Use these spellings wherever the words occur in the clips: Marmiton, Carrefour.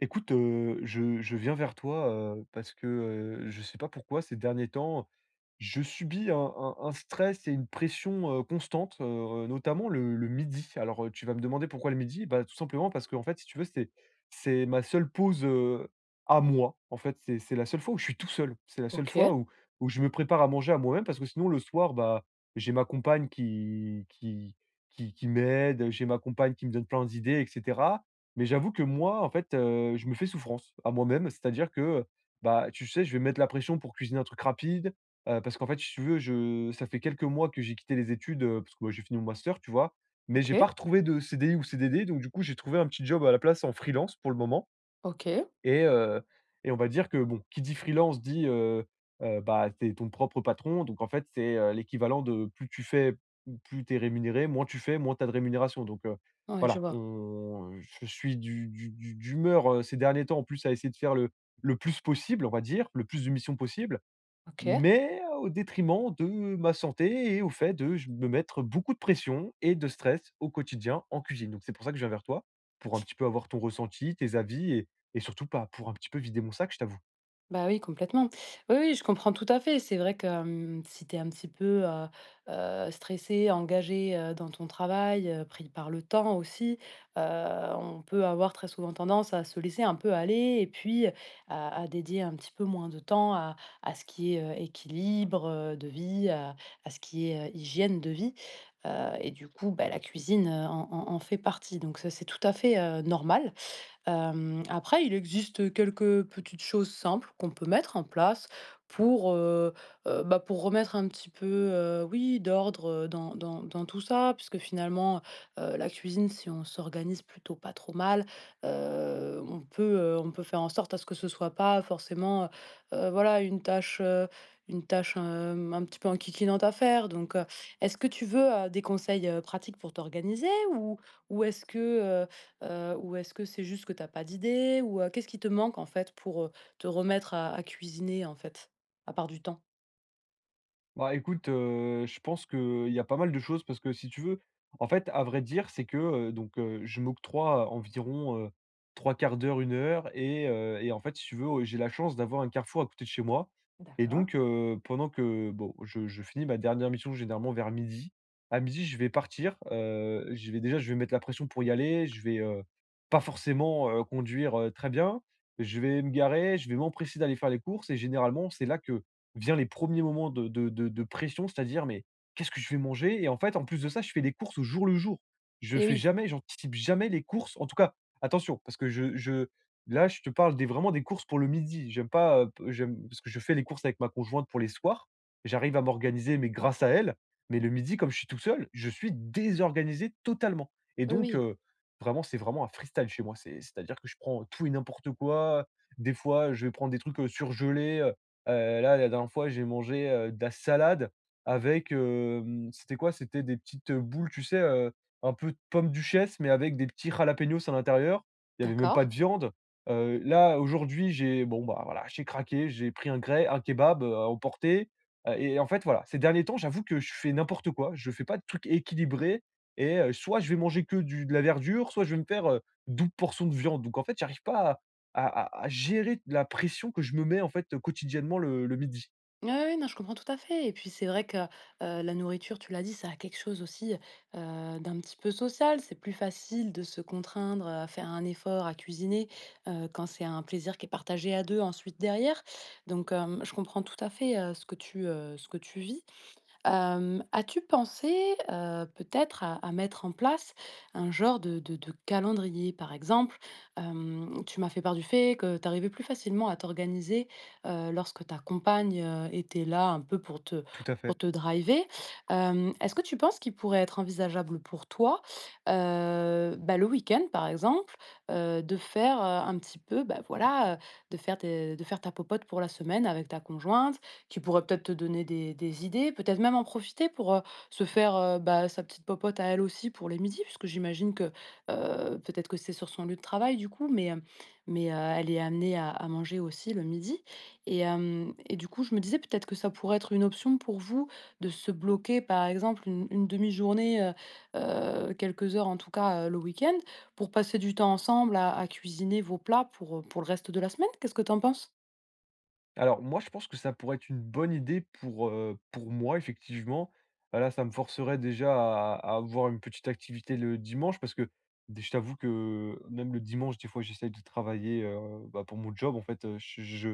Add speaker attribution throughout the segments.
Speaker 1: Je viens vers toi, parce que, je ne sais pas pourquoi ces derniers temps, je subis un stress et une pression, constante, notamment le midi. Alors, tu vas me demander pourquoi le midi? Bah, tout simplement parce que en fait, si tu veux, c'est ma seule pause, à moi. En fait, c'est la seule fois où je suis tout seul. C'est la seule fois
Speaker 2: OK,
Speaker 1: où je me prépare à manger à moi-même parce que sinon le soir, bah, j'ai ma compagne qui m'aide, j'ai ma compagne qui me donne plein d'idées et cetera mais j'avoue que moi, en fait, je me fais souffrance à moi-même. C'est-à-dire que, bah, tu sais, je vais mettre la pression pour cuisiner un truc rapide, parce qu'en fait, si tu veux, je ça fait quelques mois que j'ai quitté les études, parce que, bah, j'ai fini mon master, tu vois? Mais j'ai pas
Speaker 2: OK,
Speaker 1: retrouvé de CDI ou CDD, donc du coup, j'ai trouvé un petit job à la place en freelance pour le moment.
Speaker 2: OK.
Speaker 1: Et heu et on va dire que, bon, qui dit freelance dit, bah, tu ton propre patron, donc en fait, c'est, l'équivalent de plus tu fais, plus t'es rémunéré, moins tu fais, moins t'as de rémunération, donc
Speaker 2: Ouais, je
Speaker 1: voilà,
Speaker 2: vois.
Speaker 1: on je suis du d'humeur, ces derniers temps, en plus, à essayer de faire le plus possible, on va dire, le plus de missions possible.
Speaker 2: OK.
Speaker 1: Mais au détriment de ma santé et au fait de je me mettre beaucoup de pression et de stress au quotidien en cuisine. Donc c'est pour ça que je viens vers toi, pour un petit peu avoir ton ressenti, tes avis et surtout pas pour un petit peu vider mon sac, je t'avoue.
Speaker 2: Bah, oui, complètement. Oui, oui, je comprends tout à fait. C'est vrai que, si tu es un petit peu, stressé, engagé, dans ton travail, pris par le temps aussi, heu, on peut avoir très souvent tendance à se laisser un peu aller et puis, à dédier un petit peu moins de temps à ce qui est, équilibre, de vie, à ce qui est, hygiène de vie, et du coup, bah, la cuisine, en fait partie. Donc ça, c'est tout à fait, normal. Après, il existe quelques petites choses simples qu'on peut mettre en place pour, bah, pour remettre un petit peu, oui, d'ordre, dans dans tout ça. Puisque finalement, la cuisine, si on s'organise plutôt pas trop mal, on peut faire en sorte à ce que ce soit pas forcément, voilà, une tâche, un petit peu enquiquinante à faire. Donc, est-ce que tu veux, des conseils, pratiques pour t'organiser? Ou ou est-ce que, ou est-ce que c'est juste que t'as pas d'idée? Ou, qu'est-ce qui te manque, en fait, pour, te remettre à cuisiner, en fait, à part du temps?
Speaker 1: Bah, écoute, je pense qu'il y a pas mal de choses parce que si tu veux, en fait, à vrai dire, c'est que, je m'octroie environ, 3/4 d'heure, une heure et en fait, si tu veux, j'ai la chance d'avoir un Carrefour à côté de chez moi et
Speaker 2: D'accord.
Speaker 1: donc, pendant que bon, je finis ma dernière mission généralement vers midi. À midi, je vais partir, je vais déjà, je vais mettre la pression pour y aller, je vais, pas forcément, conduire, très bien. Je vais me garer, je vais m'empresser d'aller faire les courses et généralement, c'est là que vient les premiers moments de pression, c'est-à-dire: «Mais qu'est-ce que je vais manger?» Et en fait, en plus de ça, je fais les courses au jour le jour. Je
Speaker 2: Et
Speaker 1: fais
Speaker 2: oui,
Speaker 1: jamais j'anticipe jamais les courses. En tout cas, attention, parce que je là, je te parle des vraiment des courses pour le midi. J'aime pas, p j'aime parce que je fais les courses avec ma conjointe pour les soirs. J'arrive à m'organiser, mais grâce à elle. Mais le midi, comme je suis tout seul, je suis désorganisé totalement et
Speaker 2: oui,
Speaker 1: donc
Speaker 2: oui,
Speaker 1: vraiment, c'est vraiment un freestyle chez moi. C'est-à-dire que je prends tout et n'importe quoi. Des fois, je vais prendre des trucs, surgelés. Là, la dernière fois, j'ai mangé, de la salade avec, hem, c'était quoi? C'était des petites, boules, tu sais, un peu de pommes duchesse, mais avec des petits jalapenos à l'intérieur. Il y avait même pas
Speaker 2: d'accord.
Speaker 1: de viande. Là, aujourd'hui, j'ai bon, bah, voilà, j'ai craqué, j'ai pris un kebab, à emporter, et en fait, voilà, ces derniers temps, j'avoue que je fais n'importe quoi. Je fais pas de trucs équilibrés soit je vais manger que du de la verdure, soit je vais me faire, 12 portions de viande. Donc en fait, j'arrive pas à gérer la pression que je me mets, en fait, quotidiennement le midi.
Speaker 2: Ouais, ouais, non, je comprends tout à fait et puis c'est vrai que, la nourriture, tu l'as dit, ça a quelque chose aussi, d'un petit peu social. C'est plus facile de se contraindre à faire un effort, à cuisiner, quand c'est un plaisir qui est partagé à 2 ensuite derrière. Donc, je comprends tout à fait, ce que tu vis. As-tu pensé, peut-être à mettre en place un genre de de calendrier? Par exemple, tu m'as fait part du fait que tu arrivais plus facilement à t'organiser, lorsque ta compagne, était là un peu
Speaker 1: Tout à
Speaker 2: pour
Speaker 1: fait.
Speaker 2: te driver. Est-ce que tu penses qu'il pourrait être envisageable pour toi, bah, le week-end par exemple, de faire, un petit peu, bah, voilà, de faire tes de faire ta popote pour la semaine avec ta conjointe? Qui pourrait peut-être te donner des idées, peut-être même en profiter pour, se faire, bah, sa petite popote à elle aussi pour les midis, puisque j'imagine que, peut-être que c'est sur son lieu de travail du coup, mais, mais, elle est amenée à manger aussi le midi et hem et du coup, je me disais peut-être que ça pourrait être une option pour vous de se bloquer par exemple une demi-journée, quelques heures en tout cas, le week-end pour passer du temps ensemble à cuisiner vos plats pour le reste de la semaine. Qu'est-ce que tu en penses?
Speaker 1: Alors moi, je pense que ça pourrait être une bonne idée pour moi effectivement. Là, ça me forcerait déjà à avoir une petite activité le dimanche parce que d je t'avoue que même le dimanche, des fois, j'essaye de travailler, bah, pour mon job en fait, je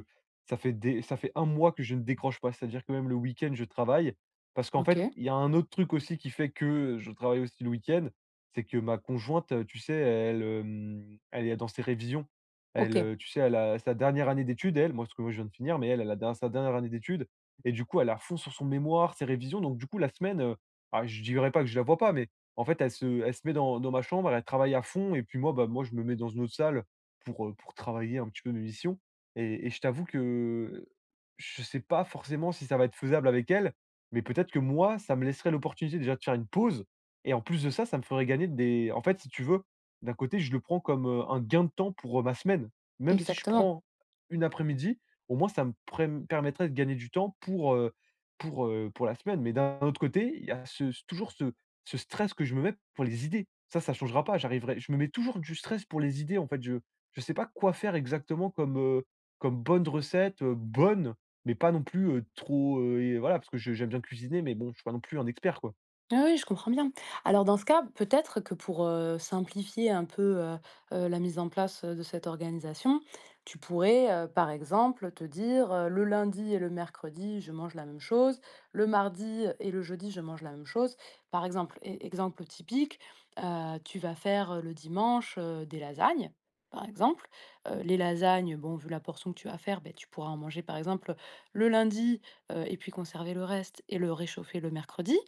Speaker 1: ça fait des ça fait un mois que je ne décroche pas. C'est-à-dire que même le week-end, je travaille parce qu'en fait,
Speaker 2: OK.
Speaker 1: il y a un autre truc aussi qui fait que je travaille aussi le week-end, c'est que ma conjointe, tu sais, elle, elle est dans ses révisions. Elle,
Speaker 2: OK,
Speaker 1: tu sais, elle a sa dernière année d'études, elle, moi, parce que moi, je viens de finir, mais elle, elle a der sa dernière année d'études et du coup, elle a à fond sur son mémoire, ses révisions. Donc du coup, la semaine, ah, je dirais pas que je la vois pas, mais en fait, elle se met dans ma chambre, elle travaille à fond et puis moi, bah, moi, je me mets dans une autre salle pour travailler un petit peu mes missions et je t'avoue que je sais pas forcément si ça va être faisable avec elle, mais peut-être que moi, ça me laisserait l'opportunité déjà de faire une pause et en plus de ça, ça me ferait gagner des en fait, si tu veux, d'un côté, je le prends comme, un gain de temps pour, ma semaine. Même si je
Speaker 2: exactement.
Speaker 1: prends une après-midi, au moins ça me prém permettrait de gagner du temps pour, pour la semaine. Mais d'un autre côté, il y a ce ce stress que je me mets pour les idées. Ça changera pas, j'arriverai je me mets toujours du stress pour les idées, en fait. Je sais pas quoi faire exactement comme, comme bonne recette, mais pas non plus, trop, et voilà, parce que je j'aime bien cuisiner, mais bon, je suis pas non plus un expert, quoi.
Speaker 2: Ah oui, je comprends bien. Alors dans ce cas, peut-être que pour simplifier un peu la mise en place de cette organisation, tu pourrais par exemple te dire le lundi et le mercredi, je mange la même chose, le mardi et le jeudi, je mange la même chose. Par exemple, exemple typique, tu vas faire le dimanche des lasagnes. Par exemple, les lasagnes, bon, vu la portion que tu vas faire, ben, tu pourras en manger par exemple le lundi et puis conserver le reste et le réchauffer le mercredi.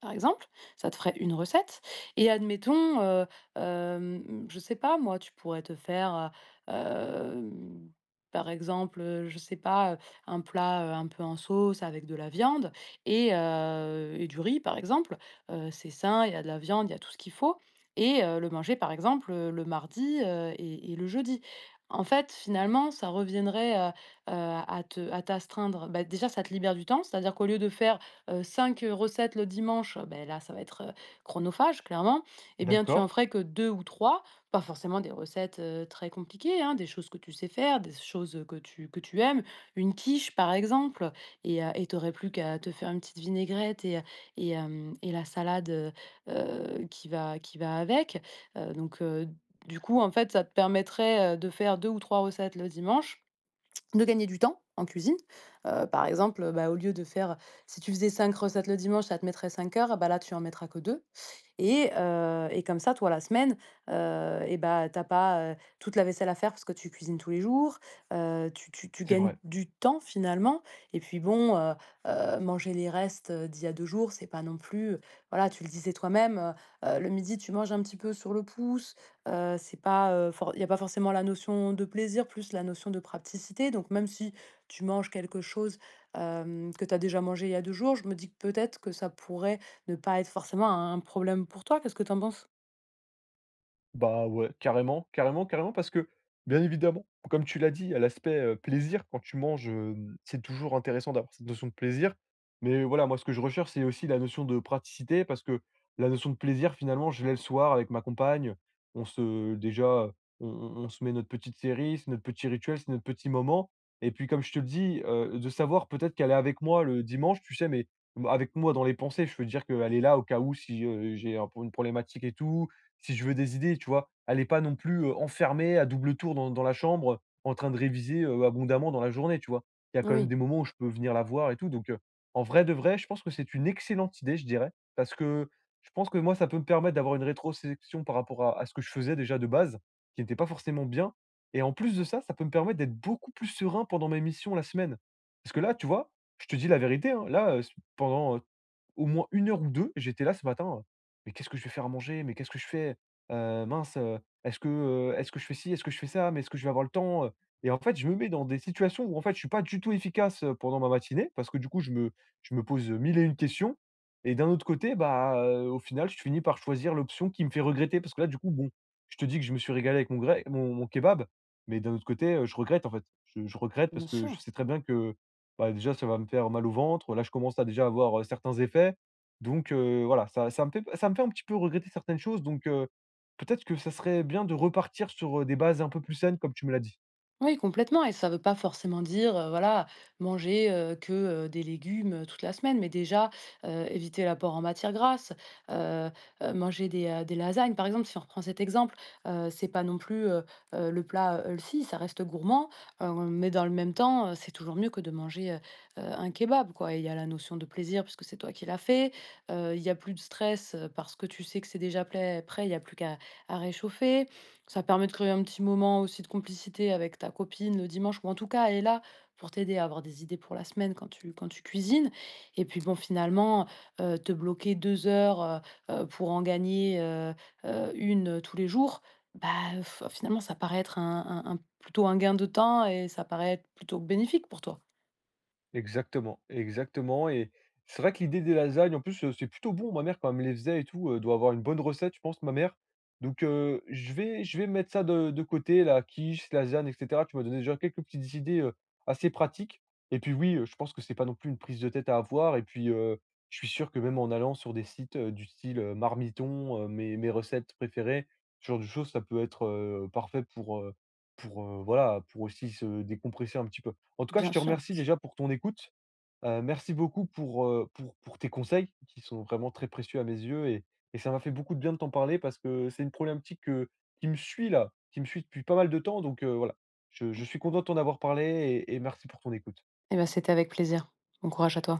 Speaker 2: Par exemple, ça te ferait une recette et admettons, je sais pas moi, tu pourrais te faire, heu, par exemple, je sais pas, un plat, un peu en sauce avec de la viande et du riz par exemple. C'est sain, il y a de la viande, il y a tout ce qu'il faut le manger par exemple, le mardi, et le jeudi. En fait, finalement, ça reviendrait, heu, à te à t'astreindre. Bah, déjà ça te libère du temps, c'est-à-dire qu'au lieu de faire 5, recettes le dimanche, ben là, ça va être, chronophage clairement. Eh bien, tu en
Speaker 1: D'accord,
Speaker 2: ferais que 2 ou 3, pas forcément des recettes, très compliquées, hein, des choses que tu sais faire, des choses, que tu aimes, une quiche par exemple et tu plus qu'à te faire une petite vinaigrette et hem et la salade, qui va avec, donc du coup, en fait, ça te permettrait, de faire 2 ou 3 recettes le dimanche de gagner du temps en cuisine. Par exemple, bah, au lieu de faire si tu faisais 5 recettes le dimanche, ça te mettrait 5 heures, bah, là, tu en mettras que 2, et comme ça, toi, la semaine, et bah, t'as pas, toute la vaisselle à faire parce que tu cuisines tous les jours, tu
Speaker 1: c'est vrai.
Speaker 2: gagnes du temps finalement et puis bon, manger les restes, d'il y a 2 jours, c'est pas non plus, voilà, tu le disais toi-même, le midi, tu manges un petit peu sur le pouce. C'est pas, for il y a pas forcément la notion de plaisir, plus la notion de praticité. Donc même si tu manges quelque chose, que tu as déjà mangé il y a 2 jours, je me dis que peut-être que ça pourrait ne pas être forcément un problème pour toi. Qu'est-ce que tu en penses?
Speaker 1: Bah, ouais, carrément, carrément, carrément, parce que, bien évidemment, comme tu l'as dit, il y a l'aspect, plaisir quand tu manges, hem, c'est toujours intéressant d'avoir cette notion de plaisir. Mais voilà, moi, ce que je recherche, c'est aussi la notion de praticité parce que la notion de plaisir, finalement, je l'ai le soir avec ma compagne. On se déjà, on se met notre petite série, c'est notre petit rituel, c'est notre petit moment. Et puis, comme je te le dis, de savoir peut-être qu'elle est avec moi le dimanche, tu sais, mais avec moi dans les pensées. Je veux dire qu'elle est là au cas où si, j'ai un une problématique et tout, si je veux des idées, tu vois? Elle est pas non plus, enfermée à double tour dans la chambre, en train de réviser, abondamment dans la journée, tu vois? Il y a quand même des
Speaker 2: Oui,
Speaker 1: moments où je peux venir la voir et tout, donc en vrai de vrai, je pense que c'est une excellente idée, je dirais, parce que je pense que moi, ça peut me permettre d'avoir une rétrospection par rapport à ce que je faisais déjà de base, qui n'était pas forcément bien et en plus de ça, ça peut me permettre d'être beaucoup plus serein pendant mes missions la semaine. Parce que là, tu vois, je te dis la vérité, hein, pendant, heu, au moins une heure ou 2, j'étais là ce matin, mais qu'est-ce que je vais faire à manger? Mais qu'est-ce que je fais? Mince, est-ce que je fais ci? Est-ce que je fais ça? Mais est-ce que je vais avoir le temps, Et en fait, je me mets dans des situations où en fait, je suis pas du tout efficace, pendant ma matinée parce que du coup, je me pose, mille et une questions et d'un autre côté, bah, au final, je finis par choisir l'option qui me fait regretter parce que là, du coup, bon, je te dis que je me suis régalé avec mon gré mon mon kebab, mais d'un autre côté, je regrette en fait. Je regrette parce
Speaker 2: bien
Speaker 1: que je
Speaker 2: sûr.
Speaker 1: sais très bien que, bah, déjà, ça va me faire mal au ventre. Là, je commence à déjà avoir, certains effets. Donc voilà, ça me fait un petit peu regretter certaines choses, donc peut-être que ça serait bien de repartir sur, des bases un peu plus saines, comme tu me l'as dit.
Speaker 2: Oui, complètement. Et ça ne veut pas forcément dire, voilà, manger, que, des légumes, toute la semaine, mais déjà, éviter l'apport en matières grasses, heu manger des lasagnes, par exemple, si on reprend cet exemple, c'est pas non plus, le plat, healthy, ça reste gourmand, mais dans le même temps, c'est toujours mieux que de manger, un kebab, quoi. Et il y a la notion de plaisir puisque c'est toi qui l'as fait, il y a plus de stress, parce que tu sais que c'est déjà plait prêt, il n'y a plus qu'à à réchauffer, ça permet de créer un petit moment aussi de complicité avec ta copine le dimanche ou en tout cas, elle est là pour t'aider à avoir des idées pour la semaine quand tu cuisines et puis bon finalement, te bloquer 2 heures, pour en gagner, 1, tous les jours, bah, f finalement ça paraît être un plutôt un gain de temps et ça paraît être plutôt bénéfique pour toi.
Speaker 1: Exactement, exactement et c'est vrai que l'idée des lasagnes en plus, c'est plutôt bon. Ma mère quand elle me les faisait et tout, doit avoir une bonne recette je pense ma mère. Donc je vais mettre ça de côté, la quiche, lasagne et cetera. Tu m'as donné déjà quelques petites idées, assez pratiques et puis oui, je pense que c'est pas non plus une prise de tête à avoir et puis, je suis sûr que même en allant sur des sites, du style, Marmiton, mes recettes préférées, ce genre de choses, ça peut être, parfait pour, voilà, pour aussi se décompresser un petit peu. En tout cas, je
Speaker 2: Bien
Speaker 1: te
Speaker 2: sûr.
Speaker 1: remercie déjà pour ton écoute. Merci beaucoup pour, pour tes conseils qui sont vraiment très précieux à mes yeux et ça m'a fait beaucoup de bien de t'en parler parce que c'est une problématique, qui me suit là, qui me suit depuis pas mal de temps donc voilà. Je suis content de t'en avoir parlé et merci pour ton écoute.
Speaker 2: Et ben c'était avec plaisir. Bon courage à toi.